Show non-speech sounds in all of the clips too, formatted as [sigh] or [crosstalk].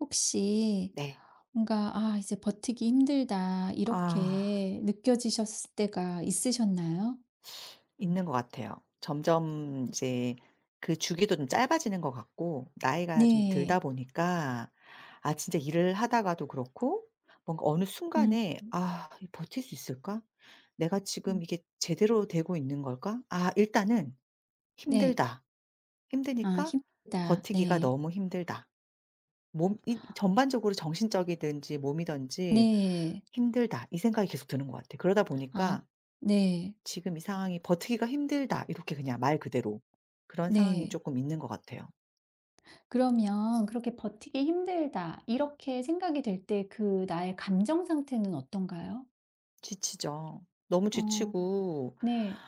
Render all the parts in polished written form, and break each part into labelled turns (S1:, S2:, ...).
S1: 혹시
S2: 네.
S1: 뭔가 '아 이제 버티기 힘들다.'
S2: 아,
S1: 이렇게 느껴지셨을 때가 있으셨나요?
S2: 있는 것 같아요. 점점 이제 그 주기도 좀 짧아지는 것 같고 나이가 좀 들다
S1: 네.
S2: 보니까 아 진짜 일을 하다가도 그렇고 뭔가 어느
S1: 음.
S2: 순간에 '아 이 버틸 수 있을까? 내가
S1: 음.
S2: 지금 이게 제대로 되고 있는 걸까? 아 일단은
S1: 네.
S2: 힘들다.
S1: 아
S2: 힘드니까
S1: 힘들다.
S2: 버티기가
S1: 네.
S2: 너무 힘들다. 몸이 전반적으로 정신적이든지 몸이든지
S1: 네.
S2: 힘들다.' 이 생각이 계속 드는 것 같아요. 그러다
S1: 아
S2: 보니까
S1: 네.
S2: '지금 이 상황이 버티기가 힘들다.' 이렇게 그냥 말 그대로 그런 상황이
S1: 네.
S2: 조금 있는 것 같아요.
S1: 그러면 그렇게 '버티기 힘들다.' 이렇게 생각이 될 때 그 나의 감정 상태는 어떤가요?
S2: 지치죠. 너무
S1: 어
S2: 지치고
S1: 네.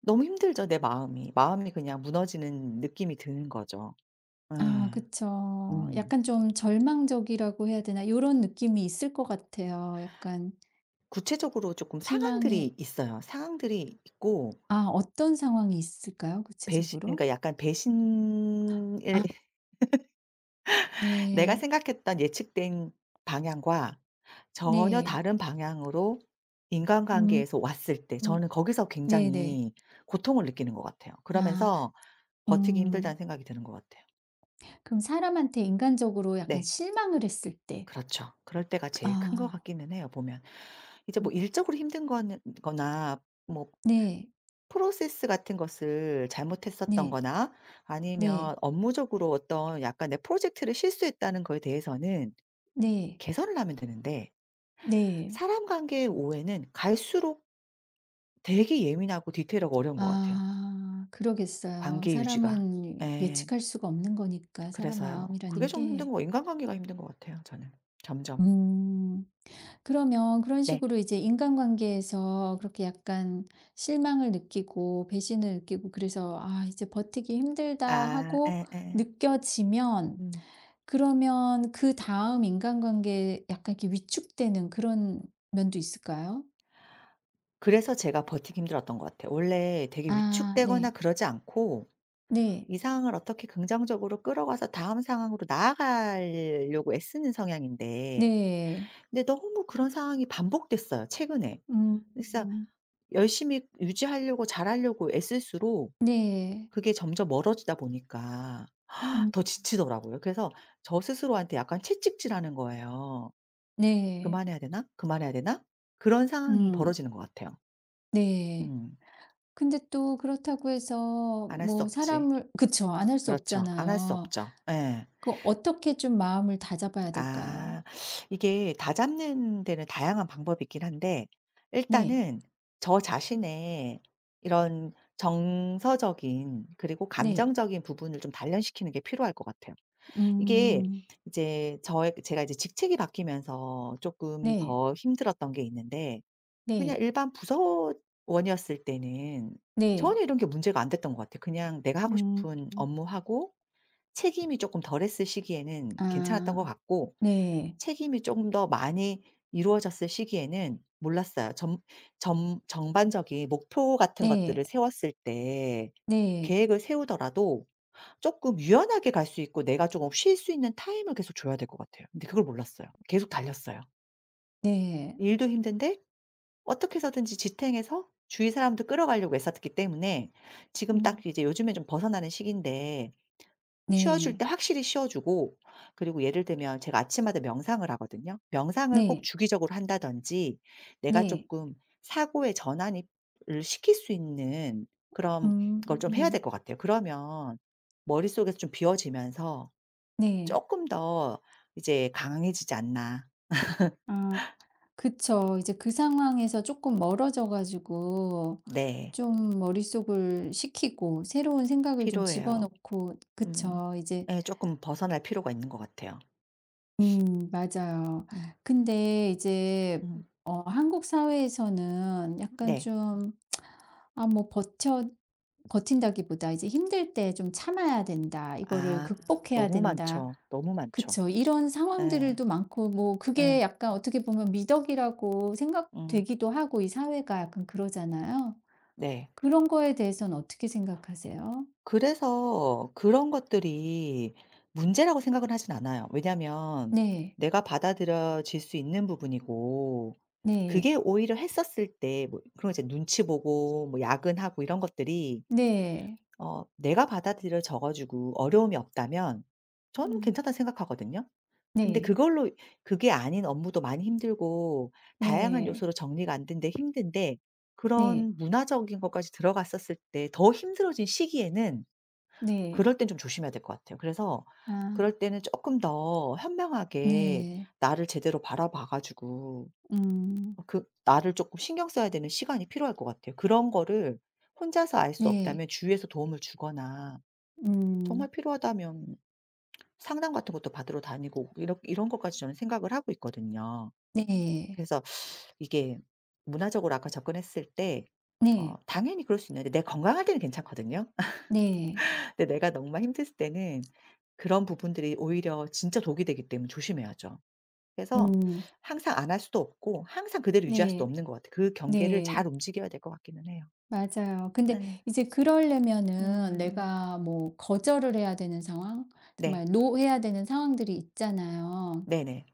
S2: 너무 힘들죠, 내 마음이. 마음이 그냥 무너지는 느낌이 드는 거죠. 예.
S1: 아 그쵸.
S2: 음.
S1: 약간 좀 절망적이라고 해야 되나 이런 느낌이 있을 것 같아요. 약간
S2: 구체적으로 조금
S1: 희망이
S2: 상황들이 있어요. 상황들이 있고
S1: 아 어떤 상황이 있을까요
S2: 배신,
S1: 구체적으로?
S2: 그러니까 약간 배신을
S1: 아
S2: 내가
S1: 네.
S2: 생각했던 예측된 방향과 전혀
S1: 네.
S2: 다른 방향으로
S1: 음
S2: 인간관계에서 왔을 때
S1: 음
S2: 저는 거기서
S1: 네네.
S2: 굉장히 고통을 느끼는 것 같아요.
S1: 아
S2: 그러면서 버티기
S1: 음.
S2: 힘들다는 생각이 드는 것 같아요.
S1: 그럼 사람한테 인간적으로 약간
S2: 네.
S1: 실망을 했을 때
S2: 그렇죠. 그럴 때가 제일 큰 것
S1: 아
S2: 같기는 해요, 보면. 이제 뭐
S1: 음
S2: 일적으로 힘든 거는 거나 뭐
S1: 네.
S2: 프로세스 같은 것을 잘못했었던
S1: 네.
S2: 거나 아니면
S1: 네.
S2: 업무적으로 어떤 약간 내 프로젝트를 실수했다는 거에 대해서는
S1: 네.
S2: 개선을 하면 되는데
S1: 네.
S2: 사람 관계의 오해는 갈수록 되게 예민하고 디테일하고 어려운 것 같아요,
S1: 아 그러겠어요.
S2: 관계 유지가.
S1: 사람은
S2: 예.
S1: 예측할 수가 없는 거니까 사람
S2: 그래서요. 그게
S1: 마음이라는
S2: 좀 힘든
S1: 게.
S2: 거, 인간관계가 힘든 것 같아요, 저는 점점.
S1: 음. 그러면 그런
S2: 네.
S1: 식으로 이제 인간관계에서 그렇게 약간 실망을 느끼고 배신을 느끼고 그래서 '아 이제 버티기 힘들다.'
S2: 아
S1: 하고
S2: 예예.
S1: 느껴지면
S2: 음.
S1: 그러면 그다음 인간관계에 약간 이렇게 위축되는 그런 면도 있을까요?
S2: 그래서 제가 버티기 힘들었던 것 같아요. 원래 되게
S1: 아
S2: 위축되거나
S1: 네.
S2: 그러지 않고
S1: 네.
S2: 이 상황을 어떻게 긍정적으로 끌어가서 다음 상황으로 나아가려고 애쓰는 성향인데
S1: 네.
S2: 근데 너무 그런 상황이 반복됐어요, 최근에. 그래서
S1: 음.
S2: 열심히 유지하려고 잘하려고 애쓸수록
S1: 네.
S2: 그게 점점 멀어지다 보니까 더
S1: 음.
S2: 지치더라고요. 그래서 저 스스로한테 약간 채찍질하는 거예요.
S1: 네.
S2: '그만해야 되나? 그만해야 되나?' 그런 상황이
S1: 음.
S2: 벌어지는 것 같아요.
S1: 네.
S2: 음.
S1: 근데 또 그렇다고 해서
S2: '안 할 수
S1: 뭐
S2: 없지.'
S1: 사람을 그쵸. 안 할 수
S2: 그렇죠. 안 할 수
S1: 없잖아요.
S2: 없죠. 예.
S1: 그 어떻게 좀 마음을 다잡아야 될까요?
S2: 아. 이게 다 잡는 데는 다양한 방법이 있긴 한데
S1: 네.
S2: 일단은 저 자신의 이런 정서적인 그리고
S1: 네.
S2: 감정적인 부분을 좀 단련시키는 게 필요할 것 같아요. 이게
S1: 음.
S2: 이제 저의 제가 이제 직책이 바뀌면서 조금
S1: 네.
S2: 더 힘들었던 게 있는데 그냥
S1: 네.
S2: 일반 부서원이었을 때는
S1: 네.
S2: 전혀 이런 게 문제가 안 됐던 것 같아요. 그냥 내가 하고
S1: 음.
S2: 싶은 업무하고 책임이 조금 덜했을 시기에는 괜찮았던 것
S1: 아.
S2: 같고
S1: 네.
S2: 책임이 조금 더 많이 이루어졌을 시기에는 몰랐어요. 점 전반적인 목표 같은
S1: 네.
S2: 것들을 세웠을 때
S1: 네.
S2: 계획을 세우더라도 쪼끔 유연하게 갈 수 있고 내가 조금 쉴 수 있는 타임을 계속 줘야 될 것 같아요. 근데 그걸 몰랐어요. 계속 달렸어요.
S1: 네.
S2: 일도 힘든데 어떻게 해서든지 지탱해서 주위 사람들 끌어가려고 애썼기 때문에 지금 딱
S1: 음.
S2: 이제 요즘에 좀 벗어나는 시기인데 쉬어 줄
S1: 네.
S2: 때 확실히 쉬어 주고 그리고 예를 들면 제가 아침마다 명상을 하거든요. 명상을 꼭
S1: 네.
S2: 주기적으로 한다든지 내가
S1: 네.
S2: 쪼끔 사고의 전환이 을 시킬 수 있는 그런 걸 좀 해야 될
S1: 음.
S2: 것 같아요. 그러면 머릿속에서 좀 비워지면서
S1: 네.
S2: 쪼끔 더 이제 강해지지 않나.
S1: 아. 그쵸. 이제 그 상황에서 조금 멀어져 가지고
S2: 네.
S1: 좀 머릿속을 식히고 새로운 생각을 좀
S2: 필요해요.
S1: 집어넣고
S2: 음.
S1: 그쵸. 이제
S2: 예, 쪼끔 벗어날 필요가 있는 것 같아요.
S1: 맞아요.
S2: 음.
S1: 근데 이제
S2: 음.
S1: 어 한국 사회에서는 약간
S2: 네.
S1: 좀 아 뭐 버텨 버틴다기보다 이제 '힘들 때 좀 참아야 된다. 이거를
S2: 아
S1: 극복해야
S2: 너무
S1: 된다.'
S2: 많죠. 너무 많죠.
S1: 그쵸. 이런
S2: 예.
S1: 상황들도 많고 뭐 그게
S2: 예.
S1: 약간 어떻게 보면 미덕이라고
S2: 음.
S1: 생각되기도 하고 이 사회가 약간 그러잖아요.
S2: 네.
S1: 그런 거에 대해서는 어떻게 생각하세요?
S2: 그래서 그런 것들이 문제라고 생각은 하진 않아요. 왜냐면
S1: 네.
S2: 내가 받아들여질 수 있는 부분이고 그게
S1: 네.
S2: 오히려 했었을 때 뭐 그런 이제 눈치 보고 뭐 야근하고 이런 것들이
S1: 네.
S2: 어 내가 받아들여 적어 주고 어려움이 없다면 저는
S1: 음.
S2: 괜찮다 생각하거든요. 근데
S1: 네.
S2: 그걸로 그게 아닌 업무도 많이 힘들고 다양한
S1: 네.
S2: 요소로 정리가 안 된데 힘든데
S1: 네.
S2: 그런 문화적인 것까지 들어갔었을 때 더 힘들어진 시기에는
S1: 네.
S2: 그럴 땐 좀 조심해야 될 것 같아요. 그래서
S1: 아
S2: 그럴 때는 조금 더 현명하게
S1: 네.
S2: 나를 제대로 바라봐 가지고
S1: 음.
S2: 어 그 나를 조금 신경 써야 되는 시간이 필요할 것 같아요. 그런 거를 혼자서 알 수
S1: 네.
S2: 없다면 주위에서 도움을 주거나 정말
S1: 음.
S2: 필요하다면 상담 같은 것도 받으러 다니고 이런 것까지 저는 생각을 하고 있거든요.
S1: 네.
S2: 그래서 이게 문화적으로 아까 접근했을 때 어
S1: 네.
S2: 당연히 그럴 수 있는데 내 건강할 때는 괜찮거든요.
S1: 네.
S2: [laughs] 근데 내가 정말 힘들을 때는 그런 부분들이 오히려 진짜 독이 되기 때문에 조심해야죠. 그래서
S1: 음.
S2: 항상 안 할 수도 없고 항상 그대로 유지할 수도
S1: 네.
S2: 없는 것 같아요. 그 경계를 잘
S1: 네.
S2: 움직여야 될 것 같기는 해요.
S1: 맞아요. 근데
S2: 네,
S1: 이제 그러려면은
S2: 음.
S1: 내가 뭐 거절을 해야 되는 상황, 정말
S2: 네.
S1: 노 해야 되는 상황들이 있잖아요.
S2: 네네.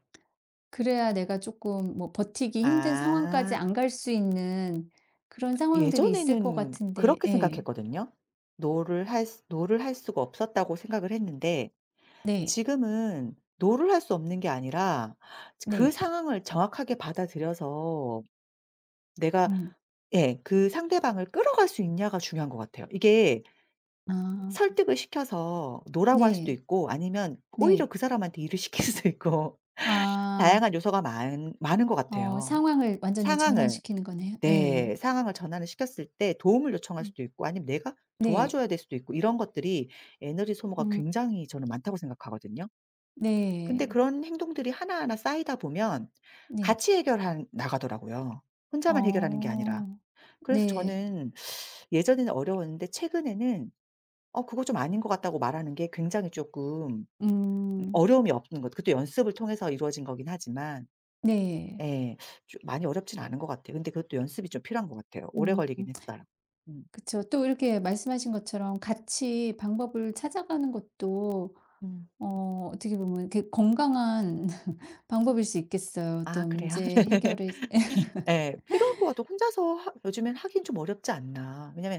S1: 그래야 내가 조금 뭐 버티기 힘든 상황까지
S2: 아.
S1: 안 갈 수 있는 그런 상황들이 있을 것
S2: 예전에는
S1: 같은데
S2: 그렇게
S1: 예.
S2: 생각했거든요. 노를 할 수가 없었다고 생각을 했는데
S1: 네.
S2: 지금은 노를 할 수 없는 게 아니라 그
S1: 네.
S2: 상황을 정확하게 받아들여서 내가
S1: 음.
S2: 예 그 상대방을 끌어갈 수 있냐가 중요한 것 같아요. 이게
S1: 아.
S2: 설득을 시켜서 노라고 할 수도
S1: 네.
S2: 있고 아니면 오히려
S1: 네.
S2: 그 사람한테 일을 [laughs] 시킬 수도 있고 [laughs]
S1: 아.
S2: 다양한 요소가 많 많은 것
S1: 어
S2: 같아요.
S1: 상황을 완전히
S2: 상황을.
S1: 전환시키는 거네요.
S2: 네.
S1: 네.
S2: 상황을 전환을 시켰을 때 도움을 요청할
S1: 음
S2: 수도 있고 아니면 내가
S1: 네.
S2: 도와줘야 될 수도 있고 이런 것들이 에너지 소모가
S1: 음
S2: 굉장히 저는 많다고 생각하거든요. 근데
S1: 네.
S2: 그런 행동들이 하나하나 쌓이다 보면
S1: 네.
S2: 같이 해결한 나가더라고요. 혼자만 해결하는 게 아니라.
S1: 어.
S2: 그래서
S1: 네.
S2: 저는 예전에는 어려웠는데 최근에는 "어, 그거 좀 아닌 것 같다."고 말하는 게 굉장히 조금
S1: 음
S2: 어려움이 없는 것, 그것도 연습을 통해서 이루어진 거긴 하지만
S1: 네.
S2: 예. 좀 많이 어렵진 않은 것 같아요. 근데 그것도 연습이 좀 필요한 것 같아요. 오래
S1: 음
S2: 걸리긴 했어요. 음.
S1: 그쵸. 또 이렇게 말씀하신 것처럼 같이 방법을 찾아가는 것도
S2: 음.
S1: 어 어떻게 보면 이렇게 건강한 [laughs] 방법일 수 있겠어요.
S2: 아
S1: 어떤
S2: 그래요?
S1: 문제 해결에 [laughs]
S2: [laughs] 예. 필요한 것 같아 혼자서 하 요즘엔 하긴 좀 어렵지 않나. 왜냐면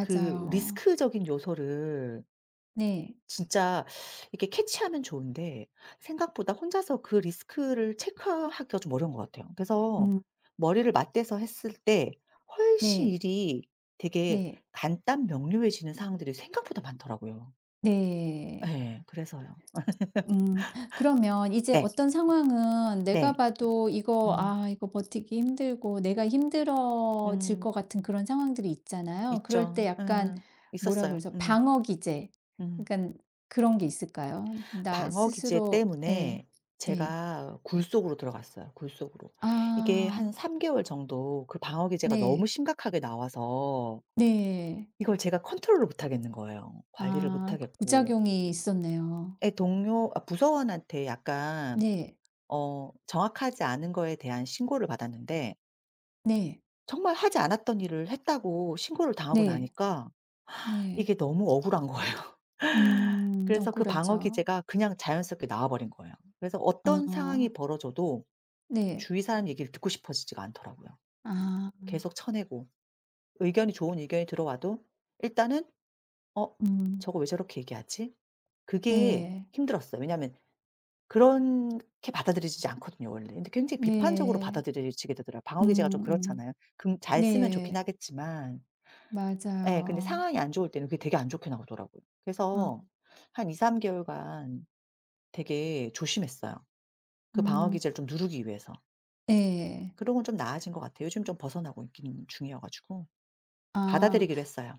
S2: 그 리스크적인 요소를
S1: 네.
S2: 진짜 이렇게 캐치하면 좋은데 생각보다 혼자서 그 리스크를 체크하기가 좀 어려운 것 같아요. 그래서
S1: 음
S2: 머리를 맞대서 했을 때 훨씬
S1: 네.
S2: 일이 되게
S1: 네.
S2: 간단 명료해지는 상황들이 생각보다 많더라고요.
S1: 네.
S2: 예. 그래서요.
S1: 음. 그러면 이제
S2: 네.
S1: 어떤 상황은 내가
S2: 네.
S1: 봐도 이거
S2: 음.
S1: '아 이거 버티기 힘들고 내가 힘들어질 것
S2: 음.
S1: 같은 그런 상황들이 있잖아요. 그럴 때
S2: 있죠.
S1: 약간
S2: 음.
S1: 뭐라
S2: 있었어요.
S1: 그러죠?
S2: 음.
S1: 방어 기제
S2: 음.
S1: 그러니 그런 게 있을까요? 나
S2: 방어 기제
S1: 스스로 예.
S2: 때문에
S1: 네.
S2: 제가 굴속으로 들어갔어요, 굴속으로. 이게 한
S1: 아.
S2: 3 개월 정도 그 방어 기제가 너무
S1: 네.
S2: 심각하게 나와서
S1: 네.
S2: 이걸 제가 컨트롤을 못 하겠는 거예요. 관리를 못
S1: 아 그
S2: 하겠고.
S1: 부작용이 있었네요.
S2: 예 동료 아 부서원한테 약간
S1: 네.
S2: 어 정확하지 않은 거에 대한 신고를 받았는데
S1: 네.
S2: 정말 하지 않았던 일을 했다고 신고를 당하고
S1: 네.
S2: 나니까
S1: 네.
S2: 이게 너무 억울한 거예요. [laughs]
S1: 음.
S2: 그래서 그 방어
S1: 억울하죠.
S2: 기제가 그냥 자연스럽게 나와 버린 거예요. 그래서 어떤 상황이
S1: 아.
S2: 벌어져도
S1: 네.
S2: 주위 사람 얘기를 듣고 싶어지지가 않더라고요.
S1: 아.
S2: 계속 쳐내고 의견이 좋은 의견이 들어와도 일단은 '어
S1: 음.
S2: 저거 왜 저렇게 얘기하지?' 그게
S1: 네.
S2: 힘들었어요. 왜냐하면 그렇게 받아들여지지 않거든요 원래. 근데 굉장히 비판적으로
S1: 네.
S2: 받아들여지게 되더라고요. 방어 기제가 좀
S1: 음음.
S2: 그렇잖아요. 금 잘 쓰면 좋긴
S1: 네.
S2: 하겠지만 예 근데
S1: 맞아요.
S2: 상황이 안 좋을 때는 그게 되게 안 좋게 나오더라고요. 그래서
S1: 아
S2: 한 2-3 개월간 되게 조심했어요. 그 방어
S1: 음.
S2: 기제를 좀 누르기 위해서.
S1: 네.
S2: 그런 건 좀 나아진 것 같아요. 요즘 좀 벗어나고 있긴는 중이어 가지고.
S1: 아.
S2: 받아들이기로 했어요.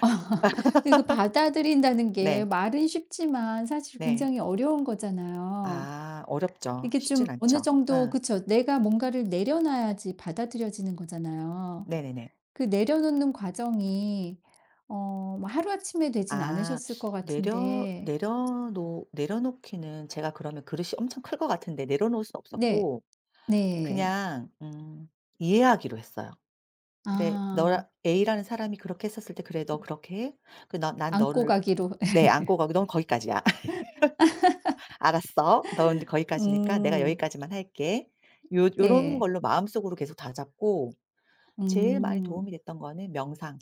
S1: [laughs] 근데 그 받아들인다는 게
S2: 네.
S1: 말은 쉽지만 사실
S2: 네.
S1: 굉장히 어려운 거잖아요.
S2: 아 어렵죠.
S1: 이게
S2: 쉽진
S1: 좀 어느
S2: 않죠.
S1: 정도
S2: 응.
S1: 그쵸. 내가 뭔가를 내려놔야지 받아들여지는 거잖아요.
S2: 네네네.
S1: 그 내려놓는 과정이 어 뭐 하루아침에 되진
S2: 아
S1: 않으셨을 것
S2: 내려
S1: 같은데
S2: 내려놓 내려놓기는 제가 그러면 그릇이 엄청 클 것 같은데 내려놓을 순
S1: 네.
S2: 없었고
S1: 네.
S2: 그냥 이해하기로 했어요. "그래
S1: 아.
S2: 너라 A라는 사람이 그렇게 했었을 때 그래 너 그렇게 해. 그 나 난
S1: 안고
S2: 너를"
S1: 가기로.
S2: 네 안고 가고 "넌 거기까지야. [laughs] 알았어. 넌 거기까지니까 내가
S1: 음.
S2: 여기까지만 할게." 요 요런
S1: 네.
S2: 걸로 마음속으로 계속 다잡고 제일 많이 도움이
S1: 음.
S2: 됐던 거는 명상.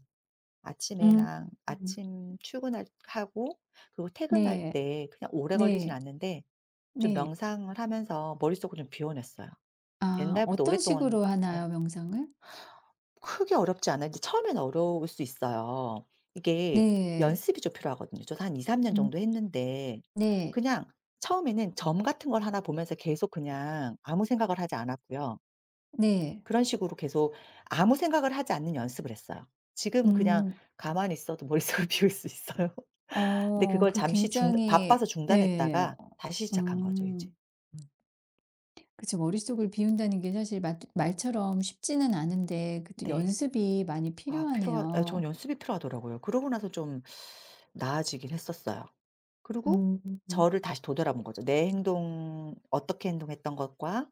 S1: 음.
S2: 아침에랑
S1: 음.
S2: 아침 출근할 하고 그리고 퇴근할
S1: 네.
S2: 때 그냥 오래 걸리진
S1: 네.
S2: 않는데 좀
S1: 네.
S2: 명상을 하면서 머릿속을 좀 비워냈어요.
S1: 아
S2: 옛날부터
S1: 어떤
S2: 오랫동안
S1: 식으로
S2: 예.
S1: 하나요, 명상을?
S2: 크게 어렵지 않아요. 이제 처음엔 어려울 수 있어요. 이게
S1: 네.
S2: 연습이 좀 필요하거든요. 저도 한 2-3년
S1: 음
S2: 정도 했는데
S1: 네.
S2: 그냥 처음에는 점 같은 걸 하나 보면서 계속 그냥 아무 생각을 하지 않았고요.
S1: 네.
S2: 그런 식으로 계속 아무 생각을 하지 않는 연습을 했어요. 지금은 그냥
S1: 음.
S2: 가만히 있어도 머릿속을 [laughs] 비울 수 있어요. [laughs] 근데
S1: 어
S2: 그걸
S1: 그
S2: 잠시 중
S1: 굉장히
S2: 바빠서
S1: 네.
S2: 중단했다가
S1: 어
S2: 다시 시작한 거죠 이제.
S1: 음.
S2: 음.
S1: 그쵸. 머릿속을 비운다는 게 사실 말 말처럼 쉽지는 않은데 그 또
S2: 네.
S1: 연습이 많이
S2: 아 필요하 아, 저는
S1: 필요하네요.
S2: 연습이 필요하더라고요. 그러고 나서 좀 나아지긴 했었어요. 그리고
S1: 음.
S2: 저를 다시 되돌아본 거죠. 내 행동 어떻게 행동했던 것과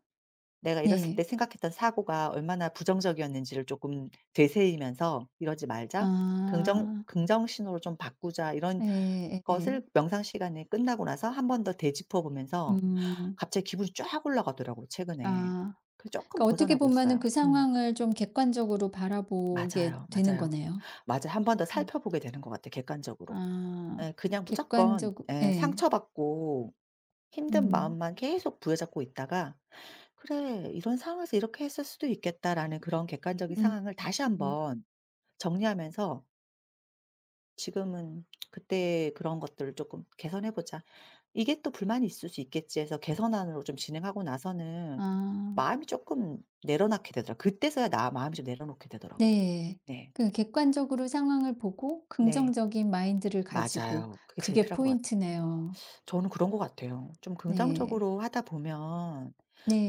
S2: 내가 이랬을 때
S1: 네.
S2: 생각했던 사고가 얼마나 부정적이었는지를 조금 되새이면서 '이러지 말자. 긍정
S1: 아.
S2: 긍정 신호로 좀 바꾸자.' 이런
S1: 예예예.
S2: 것을 명상 시간에 끝나고 나서 한 번 더 되짚어 보면서
S1: 음.
S2: 갑자기 기분이 쫙 올라가더라고요, 최근에.
S1: 아.
S2: 그래서 조금
S1: 그러니까 어떻게
S2: 벗어나고
S1: 보면은
S2: 있어요.
S1: 그
S2: 음.
S1: 상황을 좀 객관적으로 바라보게
S2: 맞아요,
S1: 되는
S2: 맞아요.
S1: 거네요.
S2: 맞아. 한 번 더
S1: 음.
S2: 살펴보게 되는 것 같아요 객관적으로.
S1: 아
S2: 예. 그냥 무조건
S1: 객관적
S2: 예
S1: 예.
S2: 상처받고 힘든
S1: 음.
S2: 마음만 계속 부여잡고 있다가 '그래. 이런 상황에서 이렇게 했을 수도 있겠다.'라는 그런 객관적인
S1: 음
S2: 상황을 다시
S1: 음.
S2: 한번 정리하면서 지금은 '그때 그런 것들을 조금 개선해 보자. 이게 또 불만이 있을 수 있겠지.' 해서 개선안으로 좀 진행하고 나서는
S1: 아
S2: 마음이 조금 내려놓게 되더라고요. 그때서야 나 마음이 좀 내려놓게 되더라고요.
S1: 네.
S2: 네.
S1: 그 객관적으로 상황을 보고
S2: 네.
S1: 긍정적인 마인드를 가지고
S2: 맞아요. 그게 제일
S1: 그게
S2: 필요한 것 같아요.
S1: 포인트네요.
S2: 저는 그런 것 같아요. 좀
S1: 네.
S2: 긍정적으로 하다 보면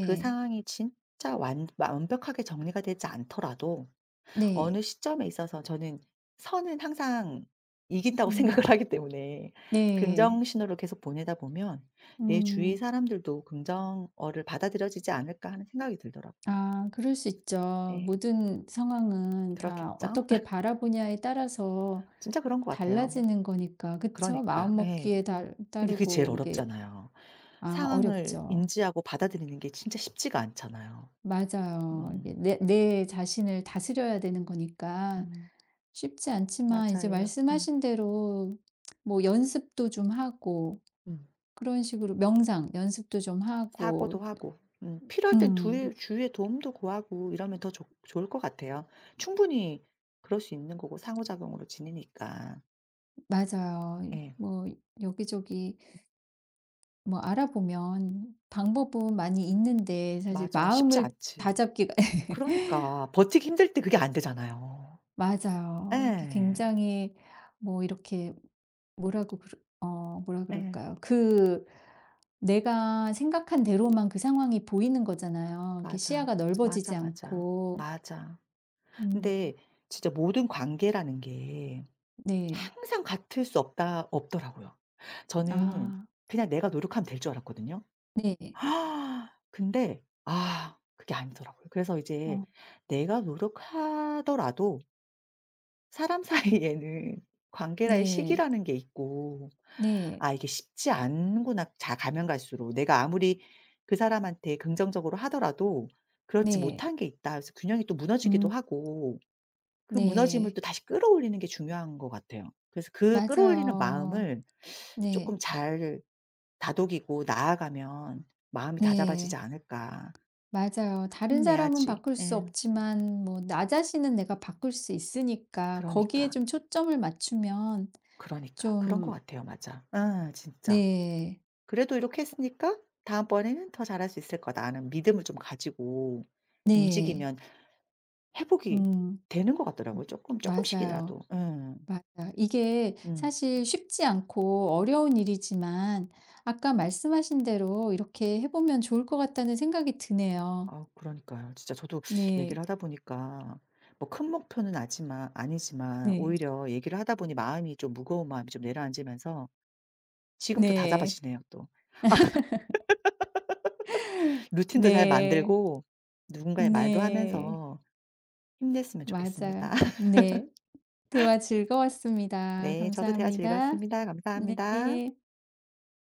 S2: 그 상황이 진짜 완 완벽하게 정리가 되지 않더라도
S1: 네.
S2: 어느 시점에 있어서 저는 선은 항상 이긴다고 [laughs]
S1: 음
S2: 생각을 하기 때문에
S1: 네.
S2: 긍정 신호를 계속 보내다 보면 '내 주위
S1: 음.
S2: 사람들도 긍정어를 받아들여지지 않을까.' 하는 생각이 들더라고요.
S1: 아 그럴 수 있죠.
S2: 네.
S1: 모든 상황은 다
S2: 그렇겠죠?
S1: 어떻게
S2: [laughs]
S1: 바라보냐에 따라서
S2: 진짜 그런 것 같아요.
S1: 달라지는 거니까. 그쵸?
S2: 그러니까. 예.
S1: 마음먹기에
S2: 근데 그게 제일
S1: 따르고 이게
S2: 어렵잖아요.
S1: 아
S2: 상황을
S1: 어렵죠.
S2: 인지하고 받아들이는 게 진짜 쉽지가 않잖아요.
S1: 맞아요. 이게
S2: 음.
S1: 내 자신을 다스려야 되는 거니까
S2: 음.
S1: 쉽지 않지만 이제
S2: 맞아요. 음.
S1: 말씀하신 대로 뭐 연습도 좀 하고
S2: 음.
S1: 그런 식으로 명상 연습도 좀 하고
S2: 사고도 하고. 필요할 땐 두
S1: 음
S2: 주위의 도움도 구하고 이러면 더 좋 좋을 것 같아요. 충분히 그럴 수 있는 거고 상호작용으로 지니니까
S1: 맞아요.
S2: 예.
S1: 뭐 여기저기 뭐 알아보면 방법은 많이 있는데 사실
S2: 맞아. 쉽지
S1: 마음을
S2: 않지.
S1: 다잡기가 [laughs]
S2: 그러니까 버티기 힘들 때 그게 안 되잖아요.
S1: 맞아요. 이게
S2: 예.
S1: 굉장히 뭐 이렇게 뭐라고 그어 뭐라
S2: 예.
S1: 그럴까요? 그 내가 생각한 대로만 그 상황이 보이는 거잖아요. 이렇게
S2: 맞아.
S1: 시야가
S2: 맞아,
S1: 넓어지지
S2: 맞아.
S1: 않고.
S2: 맞아.
S1: 음
S2: 근데 진짜 모든 관계라는 게
S1: 네.
S2: 항상 같을 수 없다 없더라고요. 저는
S1: 아
S2: 그냥 내가 노력하면 될 줄 알았거든요.
S1: 네.
S2: 아 근데 아 그게 아니더라고요. 그래서 이제
S1: 어
S2: 내가 노력하더라도 사람 [laughs] 사이에는 관계라의
S1: 네.
S2: 시기라는 게 있고
S1: 네.
S2: '아 이게 쉽지 않구나.' 자 가면 갈수록 내가 아무리 그 사람한테 긍정적으로 하더라도 그렇지
S1: 네.
S2: 못한 게 있다. 그래서 균형이 또 무너지기도
S1: 음
S2: 하고 그 무너짐을
S1: 네.
S2: 또 다시 끌어올리는 게 중요한 것 같아요. 그래서 그 끌어올리는
S1: 맞아요.
S2: 마음을 조금
S1: 네.
S2: 잘 다독이고 나아가면 마음이 다잡아지지
S1: 네.
S2: 않을까.
S1: 맞아요. 다른 사람은
S2: 힘내야지.
S1: 바꿀 수
S2: 예.
S1: 없지만 뭐 나 자신은 내가 바꿀 수 있으니까 거기에
S2: 그러니까,
S1: 좀 초점을 맞추면
S2: 그러니까. 그런 것
S1: 좀
S2: 같아요. 맞아. 아, 진짜.
S1: 네.
S2: 그래도 이렇게 했으니까 '다음번에는 더 잘할 수 있을 거다.'는 믿음을 좀 가지고
S1: 네.
S2: 움직이면 회복이
S1: 음.
S2: 되는 것 같더라고요.
S1: 음
S2: 조금 조금씩이라
S1: 맞아요.
S2: 도 예.
S1: 맞아요. 이게
S2: 음.
S1: 사실 쉽지 않고 어려운 일이지만 아까 말씀하신 대로 이렇게 해 보면 좋을 것 같다는 생각이 드네요.
S2: 아 그러니까요. 진짜 저도
S1: 네.
S2: 얘기를 하다 보니까 뭐 큰 목표는 아지만 아니지만
S1: 네.
S2: 오히려 얘기를 하다 보니 마음이 좀 무거운 마음이 좀 내려앉으면서 지금 또
S1: 네.
S2: 다잡아지네요 또. 루틴도 잘
S1: 네.
S2: 만들고 누군가의 말도
S1: 네.
S2: 하면서 힘냈으면 좋겠습니다.
S1: 맞아요.
S2: [laughs]
S1: 네. 대화 즐거웠습니다.
S2: 네, 저도 대화
S1: 감사합니다.
S2: 즐거웠습니다. 감사합니다.
S1: 네.